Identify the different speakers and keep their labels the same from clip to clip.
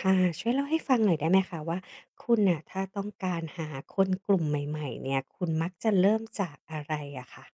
Speaker 1: ค่ะช่วยเล่าให้ฟังหน่อยได้ไหมคะว่าคุณน่ะถ้าต้องการหาคนกลุ่มใหม่ๆเนี่ยคุณมักจะเริ่มจากอะไรอะคะ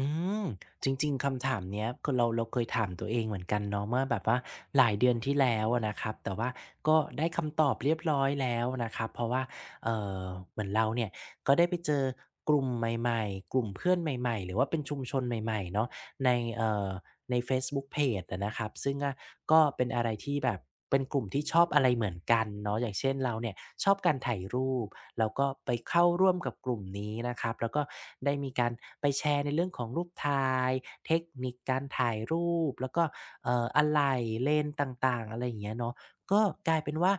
Speaker 2: อืมจริงๆคำถามเนี้ยคือเราเคยถามตัวเองเหมือนกันเนาะเมื่อแบบว่าหลายเดือนที่แล้วอะนะครับแต่ว่าก็ได้คำตอบเรียบร้อยแล้วนะครับเพราะว่าเอ่อเหมือนเราเนี่ยก็ได้ไปเจอกลุ่มใหม่ๆกลุ่มเพื่อนใหม่ๆหรือว่าเป็นชุมชนใหม่ๆเนาะในเอ่อ ในเฟซบุ๊กเพจอะนะครับซึ่งอะก็เป็นอะไรที่แบบเป็นกลุ่มที่ชอบอะไรเหมือนกันเนาะอย่างเช่นเราเนี่ยชอบการถ่ายรูปเราก็ไปเข้าร่วมกับกลุ่มนี้นะครับแล้วก็ได้มีการไปแชร์ในเรื่องของรูปถ่ายเทคนิคการถ่ายรูปแล้วก็อะไหล่เลนส์ต่างๆอะไรอย่างเงี้ยเนาะก็กลายเป็นว่า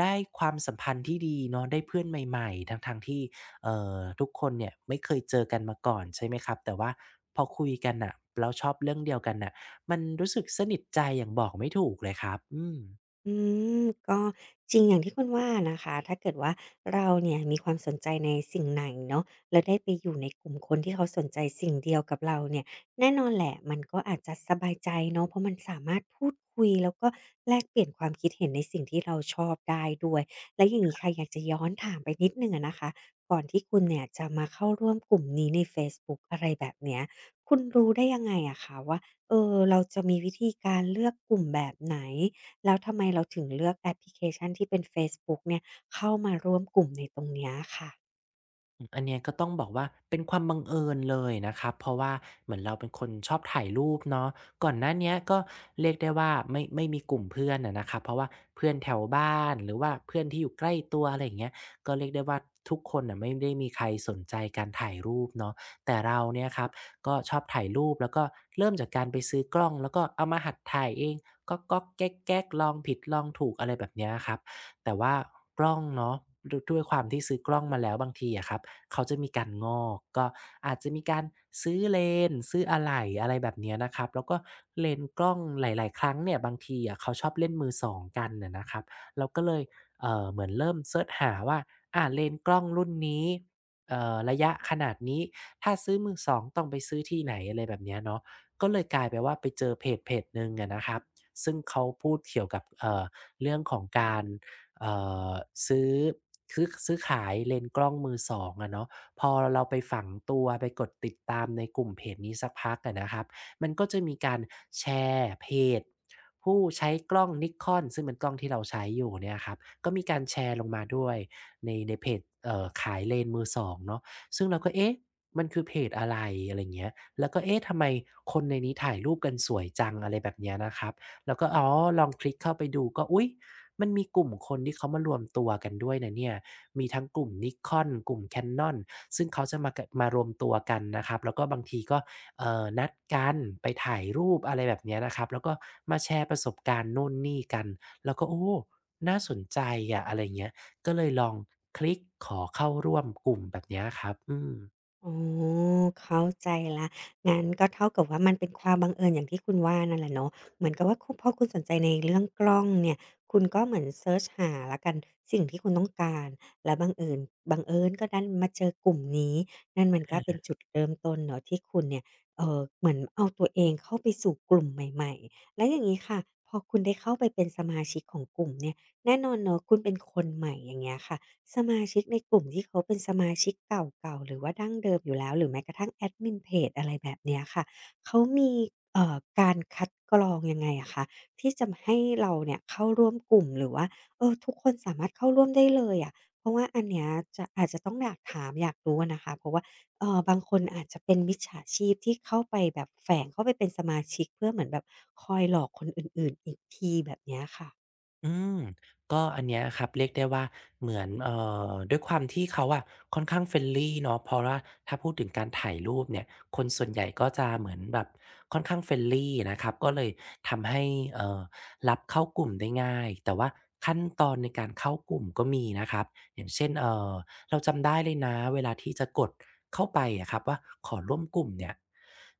Speaker 2: ได้ความสัมพันธ์ที่ดีเนาะได้เพื่อนใหม่ๆทั้งๆที่ ทุกคนเนี่ยไม่เคยเจอกันมาก่อนใช่ไหมครับแต่ว่าพอคุยกันน่ะแล้วชอบเรื่องเดียวกันน่ะมันรู้สึกสนิทใจอย่างบอกไม่ถูกเลยครับอืม
Speaker 1: อืมก็จริงอย่างที่คุณว่านะคะถ้าเกิดว่าเราเนี่ยมีความสนใจในสิ่งไหนเนาะแล้วได้ไปอยู่ในกลุ่มคนที่เขาสนใจสิ่งเดียวกับเราเนี่ยแน่นอนแหละมันก็อาจจะสบายใจเนาะเพราะมันสามารถพูดคุยแล้วก็แลกเปลี่ยนความคิดเห็นในสิ่งที่เราชอบได้ด้วยและอย่างนี้ค่ะอยากจะย้อนถามไปนิดหนึ่งอะนะคะก่อนที่คุณเนี่ยจะมาเข้าร่วมกลุ่มนี้ในเฟซบุ๊กอะไรแบบเนี้ยคุณรู้ได้ยังไงอะคะว่าเออเราจะมีวิธีการเลือกกลุ่มแบบไหน แล้วทำไมเราถึงเลือกแอปพลิเคชันที่เป็นเฟซบุ๊กเนี่ยเข้ามาร่วมกลุ่มในตรงเนี้ยค่ะ
Speaker 2: อืมอันเนี้ยก็ต้องบอกว่าเป็นความบังเอิญเลยนะครับเพราะว่าเหมือนเราเป็นคนชอบถ่ายรูปเนาะก่อนหน้าเนี้ยก็เรียกได้ว่าไม่มีกลุ่มเพื่อนอะนะครับเพราะว่าเพื่อนแถวบ้านหรือว่าเพื่อนที่อยู่ใกล้ตัวอะไรอย่างเงี้ยก็เรียกได้ว่าทุกคนน่ะไม่ได้มีใครสนใจการถ่ายรูปเนาะแต่เราเนี่ยครับก็ชอบถ่ายรูปแล้วก็เริ่มจากการไปซื้อกล้องแล้วก็เอามาหัดถ่ายเองก็แกกแก๊กลองผิดลองถูกอะไรแบบเนี้ยครับแต่ว่ากล้องเนาะดวยด้วยความที่ซื้อกล้องมาแล้วบางทีอะครับ เขาจะมีการงอกก็อาจจะมีการซื้อเลนส์ซื้ออะไหล่อะไรแบบเนี้ยนะครับแล้วก็เลนส์กล้องหลายๆครั้งเนี่ยบางทีอะเขาชอบเล่นมือสองกันน่ะนะครับเราก็เลยเหมือนเริ่มเซิร์ชหาว่าอาเลนส์กล้องรุ่นนี้ระยะขนาดนี้ถ้าซื้อมือสองต้องไปซื้อที่ไหนอะไรแบบเนี้ยเนาะก็เลยกลายเป็นว่าไปเจอเพจหนึ่งอะนะครับซึ่งเขาพูดเกี่ยวกับเรื่องของการ เอ่อซื้อซื้อขายเลนส์กล้องมือสองอะเนาะพอเราไปฝังตัวไปกดติดตามในกลุ่มเพจนี้สักพักอะนะครับมันก็จะมีการแชร์เพจผู้ใช้กล้อง Nikon ซึ่งเป็นกล้องที่เราใช้อยู่เนี่ยครับก็มีการแชร์ลงมาด้วยในเพจขายเลนส์มือสองเนาะซึ่งเราก็เอ๊ะมันคือเพจอะไรอะไรอย่างเงี้ยแล้วก็เอ๊ะทำไมคนในนี้ถ่ายรูปกันสวยจังอะไรแบบเนี้ยนะครับแล้วก็อ๋อลองคลิกเข้าไปดูก็อุ๊ย มันมีกลุ่มคนที่เขามารวมตัวกันด้วยนะเนี่ยมีทั้งกลุ่ม Nikon กลุ่ม Canon ซึ่งเขาจะมากะมารวมตัวกันนะครับแล้วก็บางทีก็นัดกันไปถ่ายรูปอะไรแบบเนี้ยนะครับแล้วก็มาแชร์ประสบการณ์นู่นนี่กันเราก็โอ้น่าสนใจอะอะไรเงี้ยก็เลยลองคลิกขอเข้าร่วมกลุ่มแบบเนี้ยครับอืม
Speaker 1: อ๋อเข้าใจแล้วงั้นก็เท่ากับว่ามันเป็นความบังเอิญอย่างที่คุณว่านั่นแหละเนาะเหมือนกับว่าพอคุณสนใจในเรื่องกล้องเนี่ยคุณก็เหมือนเซิร์ชหาแล้วกันสิ่งที่คุณต้องการแล้วบังเอิญบังเอิญก็ดันมาเจอกลุ่มนี้นั่นมันก็เป็นจุดเริ่มต้นเนาะที่คุณเนี่ยเหมือนเอาตัวเองเข้าไปสู่กลุ่มใหม่ๆแล้วอย่างงี้ค่ะพอคุณได้เข้าไปเป็นสมาชิกของกลุ่มเนี่ยแน่นอนเนาะคุณเป็นคนใหม่อย่างเงี้ยค่ะ สมาชิกในกลุ่มที่เขาเป็นสมาชิกเก่าๆหรือว่าดั้งเดิมอยู่แล้วหรือแม้กระทั่งแอดมินเพจอะไรแบบเนี้ยค่ะเขามีการคัดกรองยังไงอะคะที่จะให้เราเนี่ยเข้าร่วมกลุ่มหรือว่าเออทุกคนสามารถเข้าร่วมได้เลยอะเพราะว่าอันเนี้ยจะอาจจะต้องอยากถามอยากรู้อะนะคะเพราะว่าเออบางคนอาจจะเป็นมิจฉาชีพที่เข้าไปแบบแฝงเข้าไปเป็นสมาชิกเพื่อเหมือนแบบคอยหลอกคนอื่นๆอีกทีแบบเนี้ยค่ะ
Speaker 2: อืมก็อันเนี้ยครับเรียกได้ว่าเหมือนด้วยความที่เขาอะค่อนข้าง friendly เนาะเพราะว่าถ้าพูดถึงการถ่ายรูปเนี่ยคนส่วนใหญ่ก็จะเหมือนแบบค่อนข้าง friendly นะครับก็เลยทำให้เอ่อรับเข้ากลุ่มได้ง่ายแต่ว่าขั้นตอนในการเข้ากลุ่มก็มีนะครับอย่างเช่นเราจำได้เลยนะเวลาที่จะกดเข้าไปอะครับว่าขอร่วมกลุ่มเนี่ย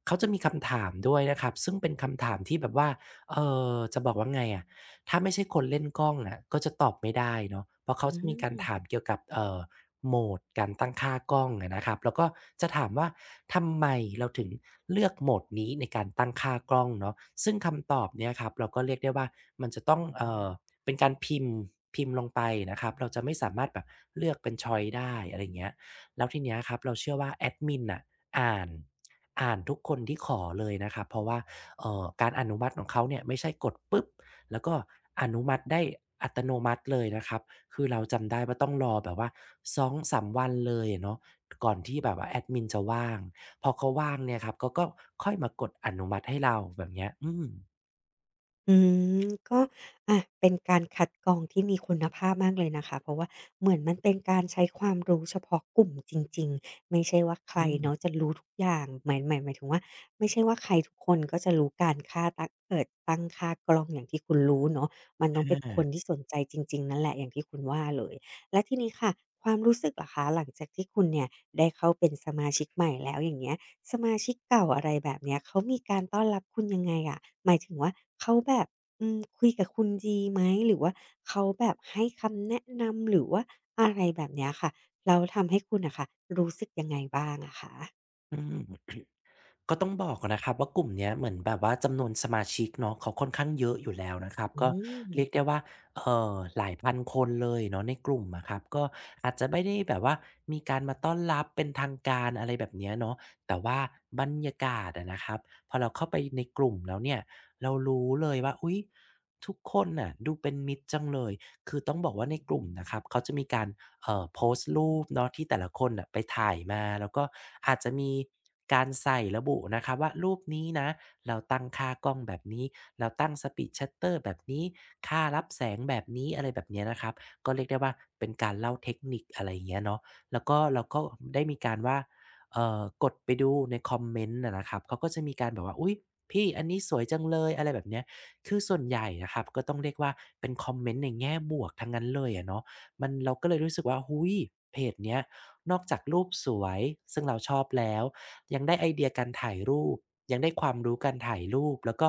Speaker 2: เขาจะมีคำถามด้วยนะครับซึ่งเป็นคำถามที่แบบว่าเอ่จะบอกว่าไงอะ ถ้าไม่ใช่คนเล่นกล้องอะก็จะตอบไม่ได้เนาะเพราะเขา
Speaker 1: อื
Speaker 2: จะมีกา
Speaker 1: ม
Speaker 2: รถามเกี่ยวกับโหมดการตั้งค่ากล้องอะนะครับแล้วก็จะถามว่าทำไมเราถึงเลือกโหมดนี้ในการตั้งค่ากล้องเนาะซึ่งคำตอบเนี่ยครับเราก็เรียกได้ว่ามันจะต้องเป็นการพิมพ์ลงไปนะครับเราจะไม่สามารถแบบเลือกเป็นชอยซ์ได้อะไรอย่างเงี้ยแล้วทีเนี้ยครับเราเชื่อว่าแอดมินน่ะอ่านอ่านทุกคนที่ขอเลยนะครับเพราะว่าการอนุมัติของเขาเนี่ยไม่ใช่กดปุ๊บ แล้วก็อนุมัติได้อัตโนมัติเลยนะครับ คือเราจำได้ว่าต้องรอแบบว่า2-3วันเลยอะเนาะก่อนที่แบบว่าแอดมินจะว่าง พอเขาว่างเนี่ยครับเขาก็ค่อยมากดอนุมัติให้เราแบบเนี้ยอืม
Speaker 1: อืมก็อ่ะเป็นการคัดกรองที่มีคุณภาพมากเลยนะคะเพราะว่าเหมือนมันเป็นการใช้ความรู้เฉพาะกลุ่มจริงๆไม่ใช่ว่าใคร
Speaker 2: อื
Speaker 1: เนาะ
Speaker 2: ม
Speaker 1: จะรู้ทุกอย่างหมายถึงว่าไม่ใช่ว่าใครทุกคนก็จะรู้การค่าตั้งค่ากล้องอย่างที่คุณรู้เนาะมันต้องเป็นคน
Speaker 2: อา
Speaker 1: ที่สนใจจริงๆนั่นแหละอย่างที่คุณว่าเลยและทีนี้ค่ะความรู้สึกล่ะคะหลังจากที่คุณเนี่ยได้เข้าเป็นสมาชิกใหม่แล้วอย่างเงี้ย สมาชิกเก่าอะไรแบบเนี้ยเขามีการต้อนรับคุณยังไงอะหมายถึงว่าเขาแบบอืมคุยกับคุณดีไหมหรือว่าเขาแบบให้คำแนะนำหรือว่าอะไรแบบเนี้ยค่ะแล้วทำให้คุณน่ะค่ะรู้สึกยังไงบ้างอะคะ
Speaker 2: อืม ก็ต้องบอกอะนะครับว่ากลุ่มเนี้ยเหมือนแบบว่าจำนวนสมาชิกเนาะเขาค่อนข้างเยอะอยู่แล้วนะครับ
Speaker 1: อื
Speaker 2: ก็
Speaker 1: ม
Speaker 2: เรียกได้ว่าเอหลายพันคนเลยเนาะในกลุ่มอะครับก็อาจจะไม่ได้แบบว่ามีการมาต้อนรับเป็นทางการอะไรแบบเนี้ยเนาะแต่ว่าบรรยากาศอะนะครับพอเราเข้าไปในกลุ่มแล้วเนี่ยเรารู้เลยว่าอุ๊ยทุกคนน่ะดูเป็นมิตรจังเลย คือต้องบอกว่าในกลุ่มนะครับเขาจะมีการโพสต์รูปเนาะที่แต่ละคนน่ะไปถ่ายมาแล้วก็อาจจะมีการใส่ระบุนะครับว่ารูปนี้นะเราตั้งค่ากล้องแบบนี้เราตั้งสปีดชัต h เ t t e แบบนี้ค่ารับแสงแบบนี้อะไรแบบเนี้ยนะครับก็เรียกได้ว่าเป็นการเล่าเทคนิคอะไรอย่างเงี้ยเนาะแล้วก็เราก็ได้มีการว่ากดไปดูในคอมเมนต์นะครับเขาก็จะมีการแบบว่าอุ๊ยพี่อันนี้สวยจังเลยอะไรแบบเนี้ย คือส่วนใหญ่นะครับก็ต้องเรียกว่าเป็นคอมเมนต์ในแง่บวกทั้งนั้นเลยอะเนาะมันเราก็เลยรู้สึกว่าอุ้ยเพจเนี้ยนอกจากรูปสวยซึ่งเราชอบแล้วยังได้ไอเดียการถ่ายรูปยังได้ความรู้การถ่ายรูปแล้วก็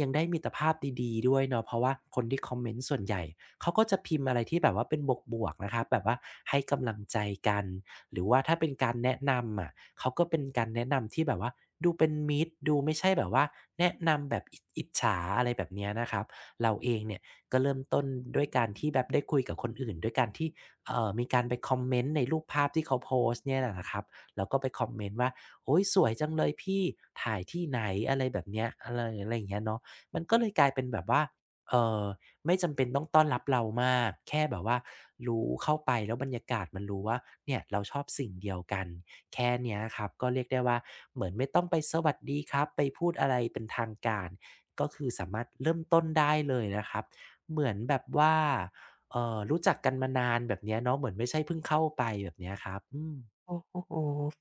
Speaker 2: ยังได้มิตรภาพดีๆด้วยเนาะเพราะว่าคนที่คอมเมนต์ส่วนใหญ่เขาก็จะพิมพ์อะไรที่แบบว่าเป็นบวกๆนะครับแบบว่าให้กำลังใจกันหรือว่าถ้าเป็นการแนะนำอะ เขาก็เป็นการแนะนำที่แบบว่าดูเป็นมิตรดูไม่ใช่แบบว่าแนะนำแบบอิจฉาอะไรแบบเนี้ยนะครับเราเองเนี่ยก็เริ่มต้นด้วยการที่แบบได้คุยกับคนอื่นด้วยการที่มีการไปคอมเมนต์ในรูปภาพที่เขาโพสต์เนี่ยนะครับแล้วก็ไปคอมเมนต์ว่าโอ้ยสวยจังเลยพี่ถ่ายที่ไหนอะไรแบบเนี้ยอะไรอะไรอย่างเงี้ยเนาะมันก็เลยกลายเป็นแบบว่าเออ ไม่จำเป็นต้องต้อนรับเรามากแค่แบบว่ารู้เข้าไปแล้วบรรยากาศมันรู้ว่าเนี่ยเราชอบสิ่งเดียวกันแค่เนี้ยครับก็เรียกได้ว่าเหมือนไม่ต้องไปสวัสดีครับไปพูดอะไรเป็นทางการก็คือสามารถเริ่มต้นได้เลยนะครับเหมือนแบบว่ารู้จักกันมานานแบบเนี้ยเนาะเหมือนไม่ใช่เพิ่งเข้าไปแบบเนี้ยครับอืม
Speaker 1: โอ้โห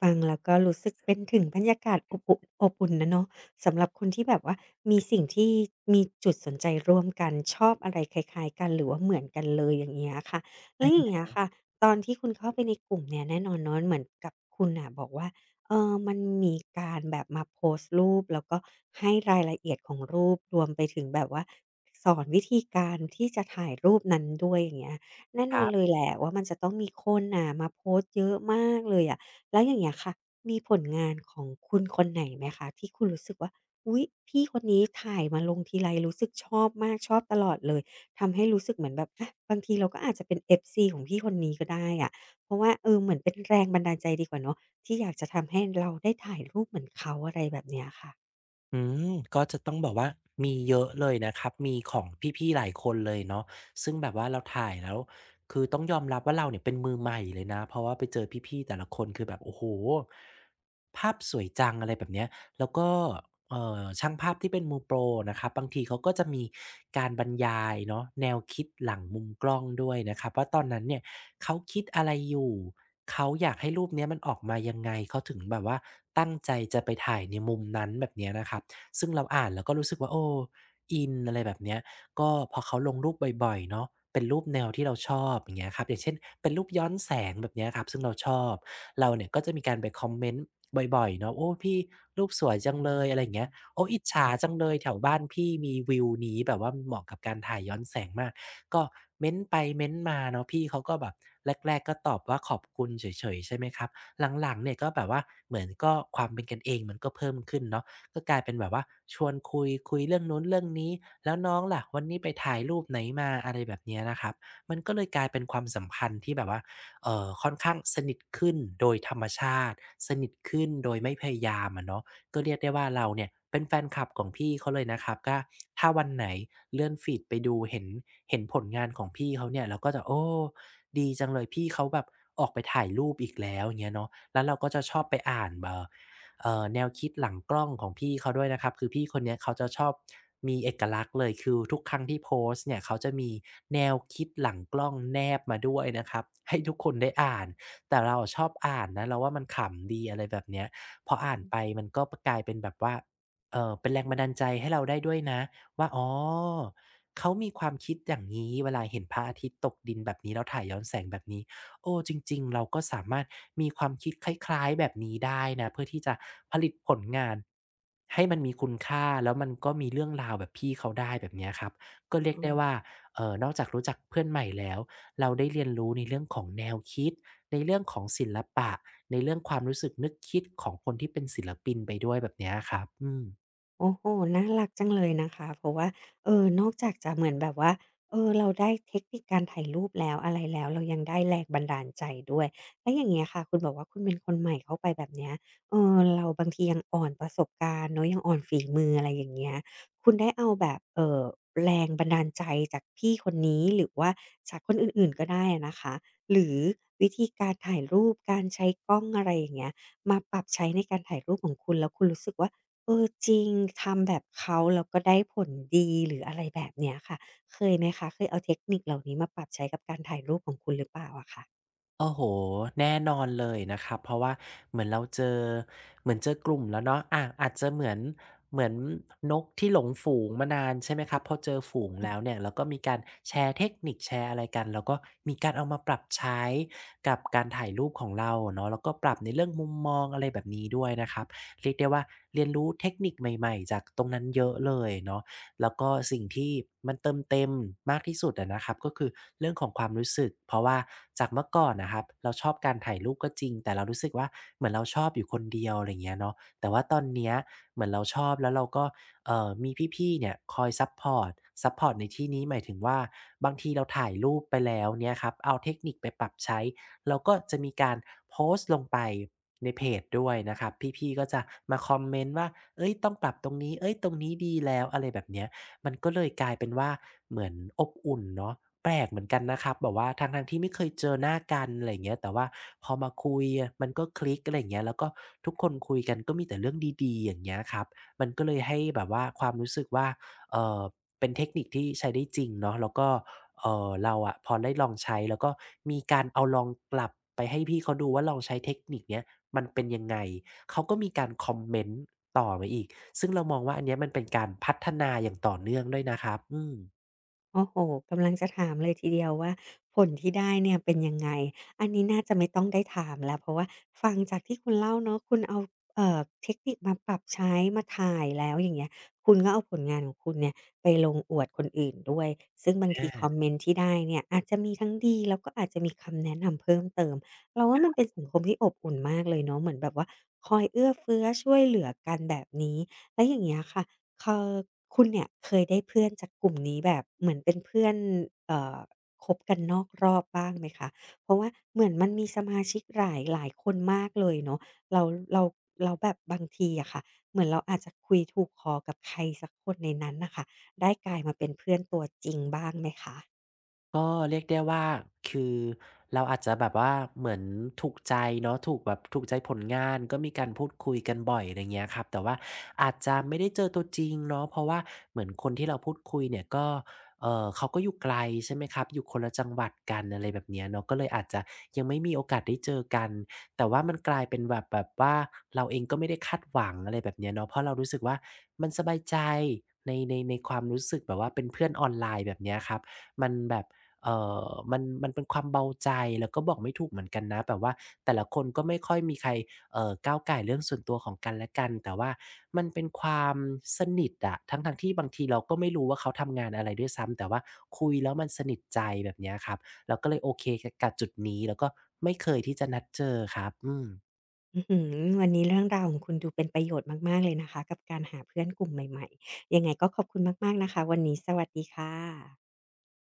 Speaker 1: ฟังแล้วก็รู้สึกเป็นถึงบรรยากาศอบอุ่นอบอุ่นนะเนาะสำหรับคนที่แบบว่ามีสิ่งที่มีจุดสนใจร่วมกันชอบอะไรคล้ายๆกันหรือว่าเหมือนกันเลยอย่างเงี้ยค่ะแล้วอย่างเงี้ยค่ะตอนที่คุณเข้าไปในกลุ่มเนี่ยแน่นอนเนาะเหมือนกับคุณน่ะบอกว่าเออมันมีการแบบมาโพสต์รูปแล้วก็ให้รายละเอียดของรูปรวมไปถึงแบบว่าสอนวิธีการที่จะถ่ายรูปนั้นด้วยอย่างเงี้ย แน่
Speaker 2: ค
Speaker 1: นอน
Speaker 2: รั
Speaker 1: เล
Speaker 2: บ
Speaker 1: ยแหละว่ามันจะต้องมีคนน่ะมาโพสต์เยอะมากเลยอะแล้วอย่างเงี้ยค่ะมีผลงานของคุณคนไหนไหมคะที่คุณรู้สึกว่าอุ๊ยพี่คนนี้ถ่ายมาลงทีไรรู้สึกชอบมากชอบตลอดเลยทำให้รู้สึกเหมือนแบบอะบางทีเราก็อาจจะเป็น FC ของพี่คนนี้ก็ได้อะเพราะว่าเออเหมือนเป็นแรงบันดาลใจดีกว่าเนาะที่อยากจะทำให้เราได้ถ่ายรูปเหมือนเขาอะไรแบบเนี้ยค่ะ
Speaker 2: อืมก็จะต้องบอกว่ามีเยอะเลยนะครับมีของพี่ๆหลายคนเลยเนาะซึ่งแบบว่าเราถ่ายแล้วคือต้องยอมรับว่าเราเนี่ยเป็นมือใหม่เลยนะเพราะว่าไปเจอพี่ๆแต่ละคนคือแบบโอ้โฮภาพสวยจังอะไรแบบเนี้ยแล้วก็ ช่างภาพที่เป็นมือโปรนะครับบางทีเขาก็จะมีการบรรยายเนาะแนวคิดหลังมุมกล้องด้วยนะครับว่าตอนนั้นเนี่ยเขาคิดอะไรอยู่เขาอยากให้รูปเนี้ยมันออกมายังไงเขาถึงแบบว่าตั้งใจจะไปถ่ายในมุมนั้นแบบเนี้ยนะครับซึ่งเราอ่านแล้วก็รู้สึกว่าโอ้อินอะไรแบบเนี้ย ก็พอเขาลงรูปบ่อยๆเนาะเป็นรูปแนวที่เราชอบอย่างเงี้ยครับอย่างเช่นเป็นรูปย้อนแสงแบบเนี้ยครับซึ่งเราชอบเราเนี่ยก็จะมีการไปคอมเมนต์บ่อยๆเนาะโอ้พี่รูปสวยจังเลยอะไรอย่างเงี้ยโอ้อิจฉาจังเลยแถวบ้านพี่มีวิวนี้แบบว่ามันเหมาะกับการถ่ายย้อนแสงมากก็เม้นต์ไปเม้นต์มาเนาะพี่เขาก็แบบแรกๆก็ตอบว่าขอบคุณเฉยๆใช่ไหมครับหลังๆเนี่ยก็แบบว่าเหมือนก็ความเป็นกันเองมันก็เพิ่มขึ้นเนาะ ก็กลายเป็นแบบว่าชวนคุยเรื่องนู้นเรื่องนี้แล้วน้องล่ะวันนี้ไปถ่ายรูปไหนมาอะไรแบบเนี้ยนะครับมันก็เลยกลายเป็นความสัมพันธ์ที่แบบว่าค่อนข้างสนิทขึ้นโดยธรรมชาติสนิทขึ้นโดยไม่พยายามอะเนาะก็เรียกได้ว่าเราเนี่ยเป็นแฟนคลับของพี่เขาเลยนะครับก็ถ้าวันไหนเลื่อนฟีดไปดูเห็นผลงานของพี่เขาเนี่ยเราก็จะโอ้ดีจังเลยพี่เขาแบบออกไปถ่ายรูปอีกแล้วอย่างเงี้ยเนาะแล้วเราก็จะชอบไปอ่านแนวคิดหลังกล้องของพี่เขาด้วยนะครับคือพี่คนเนี้ยเขาจะชอบมีเอกลักษณ์เลยคือทุกครั้งที่โพสต์เนี่ยเขาจะมีแนวคิดหลังกล้องแนบมาด้วยนะครับให้ทุกคนได้อ่านแต่เราอะชอบอ่านนะเราว่ามันขำดีอะไรแบบเนี้ยพออ่านไปมันก็ปกลายเป็นแบบว่าเป็นแรงบันดาลใจให้เราได้ด้วยนะว่าอ๋อเขามีความคิดอย่างงี้เวลาเห็นพระอาทิตย์ตกดินแบบนี้แล้วถ่ายย้อนแสงแบบนี้ โอ้จริงๆเราก็สามารถมีความคิดคล้ายๆแบบนี้ได้นะเพื่อที่จะผลิตผลงานให้มันมีคุณค่าแล้วมันก็มีเรื่องราวแบบพี่เขาได้แบบเนี้ยครับก็เรียก
Speaker 1: อื
Speaker 2: ได้ว่า
Speaker 1: ม
Speaker 2: นอกจากรู้จักเพื่อนใหม่แล้วเราได้เรียนรู้ในเรื่องของแนวคิดในเรื่องของศิลปะในเรื่องความรู้สึกนึกคิดของคนที่เป็นศิลปินไปด้วยแบบเนี้ยครับอืม
Speaker 1: โอ้โฮน่ารักจังเลยนะคะ เพราะว่านอกจากจะเหมือนแบบว่าเออเราได้เทคนิคการถ่ายรูปแล้วอะไรแล้วเรายังได้แรงบันดาลใจด้วยแล้วอย่างเงี้ยค่ะคุณบอกว่าคุณเป็นคนใหม่เข้าไปแบบเนี้ยเออเราบางทียังอ่อนประสบการณ์เนาะยังอ่อนฝีมืออะไรอย่างเงี้ยคุณได้เอาแบบแรงบันดาลใจจากพี่คนนี้หรือว่าจากคนอื่นๆก็ได้อะนะคะหรือวิธีการถ่ายรูปการใช้กล้องอะไรอย่างเงี้ยมาปรับใช้ในการถ่ายรูปของคุณแล้วคุณรู้สึกว่า เออจริงทำแบบเขาแล้วก็ได้ผลดีหรืออะไรแบบเนี้ยค่ะเคยไหมคะเคยเอาเทคนิคเหล่านี้มาปรับใช้กับการถ่ายรูปของคุณหรือเปล่าอะคะ
Speaker 2: โอ้โหแน่นอนเลยนะครับเพราะว่าเหมือนเราเจอเหมือนเจอกลุ่มแล้วเนาะอาจจะเหมือนนกที่หลงฝูงมานานใช่ไหมครับพอเจอฝูงแล้วเนี่ยแล้วก็มีการแชร์เทคนิคแชร์อะไรกันแล้วก็มีการเอามาปรับใช้กับการถ่ายรูปของเราเนาะแล้วก็ปรับในเรื่องมุมมองอะไรแบบนี้ด้วยนะครับเรียกได้ว่าเรียนรู้เทคนิคใหม่ๆจากตรงนั้นเยอะเลยเนาะ แล้วก็สิ่งที่มันเติมเต็มมากที่สุดอะนะครับก็คือเรื่องของความรู้สึกเพราะว่าจากเมื่อก่อนนะครับเราชอบการถ่ายรูปก็จริงแต่เรารู้สึกว่าเหมือนเราชอบอยู่คนเดียวอะไรอย่างเงี้ยเนาะแต่ว่าตอนเนี้ยเหมือนเราชอบแล้วเราก็มีพี่ๆเนี่ยคอยซัปพอร์ตซัปพอร์ตในที่นี้หมายถึงว่าบางทีเราถ่ายรูปไปแล้วเนี่ยครับเอาเทคนิคไปปรับใช้ แล้วก็จะมีการโพสต์ลงไปในเพจด้วยนะครับพี่ๆก็จะมาคอมเมนต์ว่าเฮ้ยต้องปรับตรงนี้เฮ้ยตรงนี้ดีแล้วอะไรแบบเนี้ยมันก็เลยกลายเป็นว่าเหมือนอบอุ่นเนาะแปลกเหมือนกันนะครับแบบว่าทั้งๆที่ไม่เคยเจอหน้ากันอะไรอย่างเงี้ยแต่ว่าพอมาคุยอะมันก็คลิกอะไรอย่างเงี้ยแล้วก็ทุกคนคุยกันก็มีแต่เรื่องดีๆอย่างเงี้ยครับมันก็เลยให้แบบว่าความรู้สึกว่าเอ่อเป็นเทคนิคที่ใช้ได้จริงเนาะแล้วก็ เราอะพอได้ลองใช้แล้วก็มีการเอาลองกลับไปให้พี่เขาดูว่าลองใช้เทคนิคเนี้ยมันเป็นยังไงเขาก็มีการคอมเมนต์ต่อมาอีกซึ่งเรามองว่าอันเนี้ยมันเป็นการพัฒนาอย่างต่อเนื่องด้วยนะครับอืม
Speaker 1: โอ้โหกำลังจะถามเลยทีเดียวว่าผลที่ได้เนี่ยเป็นยังไงอันนี้น่าจะไม่ต้องได้ถามแล้วเพราะว่าฟังจากที่คุณเล่าเนาะคุณเอาเอ่อเทคนิคมาปรับใช้มาถ่ายแล้วอย่างเงี้ยคุณก็เอาผลงานของคุณเนี่ยไปลงอวดคนอื่นด้วยซึ่งบางทีคอม
Speaker 2: อา
Speaker 1: เมนต์ที่ได้เนี่ยอาจจะมีทั้งดีแล้วก็อาจจะมีคำแนะนำเพิ่มเติมเราว่ามันเป็นสังคมที่อบอุ่นมากเลยเนาะเหมือนแบบว่าคอยเอื้อเฟื้อช่วยเหลือกันแบบนี้แล้วอย่างเงี้ยค่ะ คคุณเนี่ยเคยได้เพื่อนจากกลุ่มนี้แบบเหมือนเป็นเพื่อนเอ่อคบกันนอกรอบบ้างไหมคะเพราะว่าเหมือนมันมีสมาชิกหลายหลายคนมากเลยเนาะแล้วแล้วแล้วแบบบางทีอะค่ะเหมือนเราอาจจะคุยถูกคอกับใครสักคนในนั้นน่ะค่ะได้กลายมาเป็นเพื่อนตัวจริงบ้างไหมคะ
Speaker 2: ก็เรียกได้ว่าคือเราอาจจะแบบว่าเหมือนถูกใจเนาะถูกแบบถูกใจผลงานก็มีการพูดคุยกันบ่อยอะไรเงี้ยครับแต่ว่าอาจจะไม่ได้เจอตัวจริงเนาะเพราะว่าเหมือนคนที่เราพูดคุยเนี่ยก็เขาก็อยู่ไกลใช่ไหมครับอยู่คนละจังหวัดกันอะไรแบบเนี้ยเนาะก็เลยอาจจะยังไม่มีโอกาสได้เจอกันแต่ว่ามันกลายเป็นแบบว่าเราเองก็ไม่ได้คาดหวังอะไรแบบเนี้ยเนาะเพราะเรารู้สึกว่ามันสบายใจในความรู้สึกแบบว่าเป็นเพื่อนออนไลน์แบบเนี้ยครับมันแบบ เอ่มันเป็นความเบาใจแล้วก็บอกไม่ถูกเหมือนกันนะแบบว่าแต่ละคนก็ไม่ค่อยมีใครก้าวไก่ายเรื่องส่วนตัวของกันและกันแต่ว่ามันเป็นความสนิทอะทั้งๆที่บางทีเราก็ไม่รู้ว่าเขาทำงานอะไรด้วยซ้ำแต่ว่าคุยแล้วมันสนิทใจแบบเนี้ยครับเราก็เลยโอเคกกับจุดนี้แล้วก็ไม่เคยที่จะนัดเจอครับอืม
Speaker 1: อื้อฮือวันนี้เรื่องราวของคุณดูเป็นประโยชน์มากๆเลยนะคะกับการหาเพื่อนกลุ่มใหม่ๆยังไงก็ขอบคุณมากๆนะคะวันนี้สวัสดีค่ะ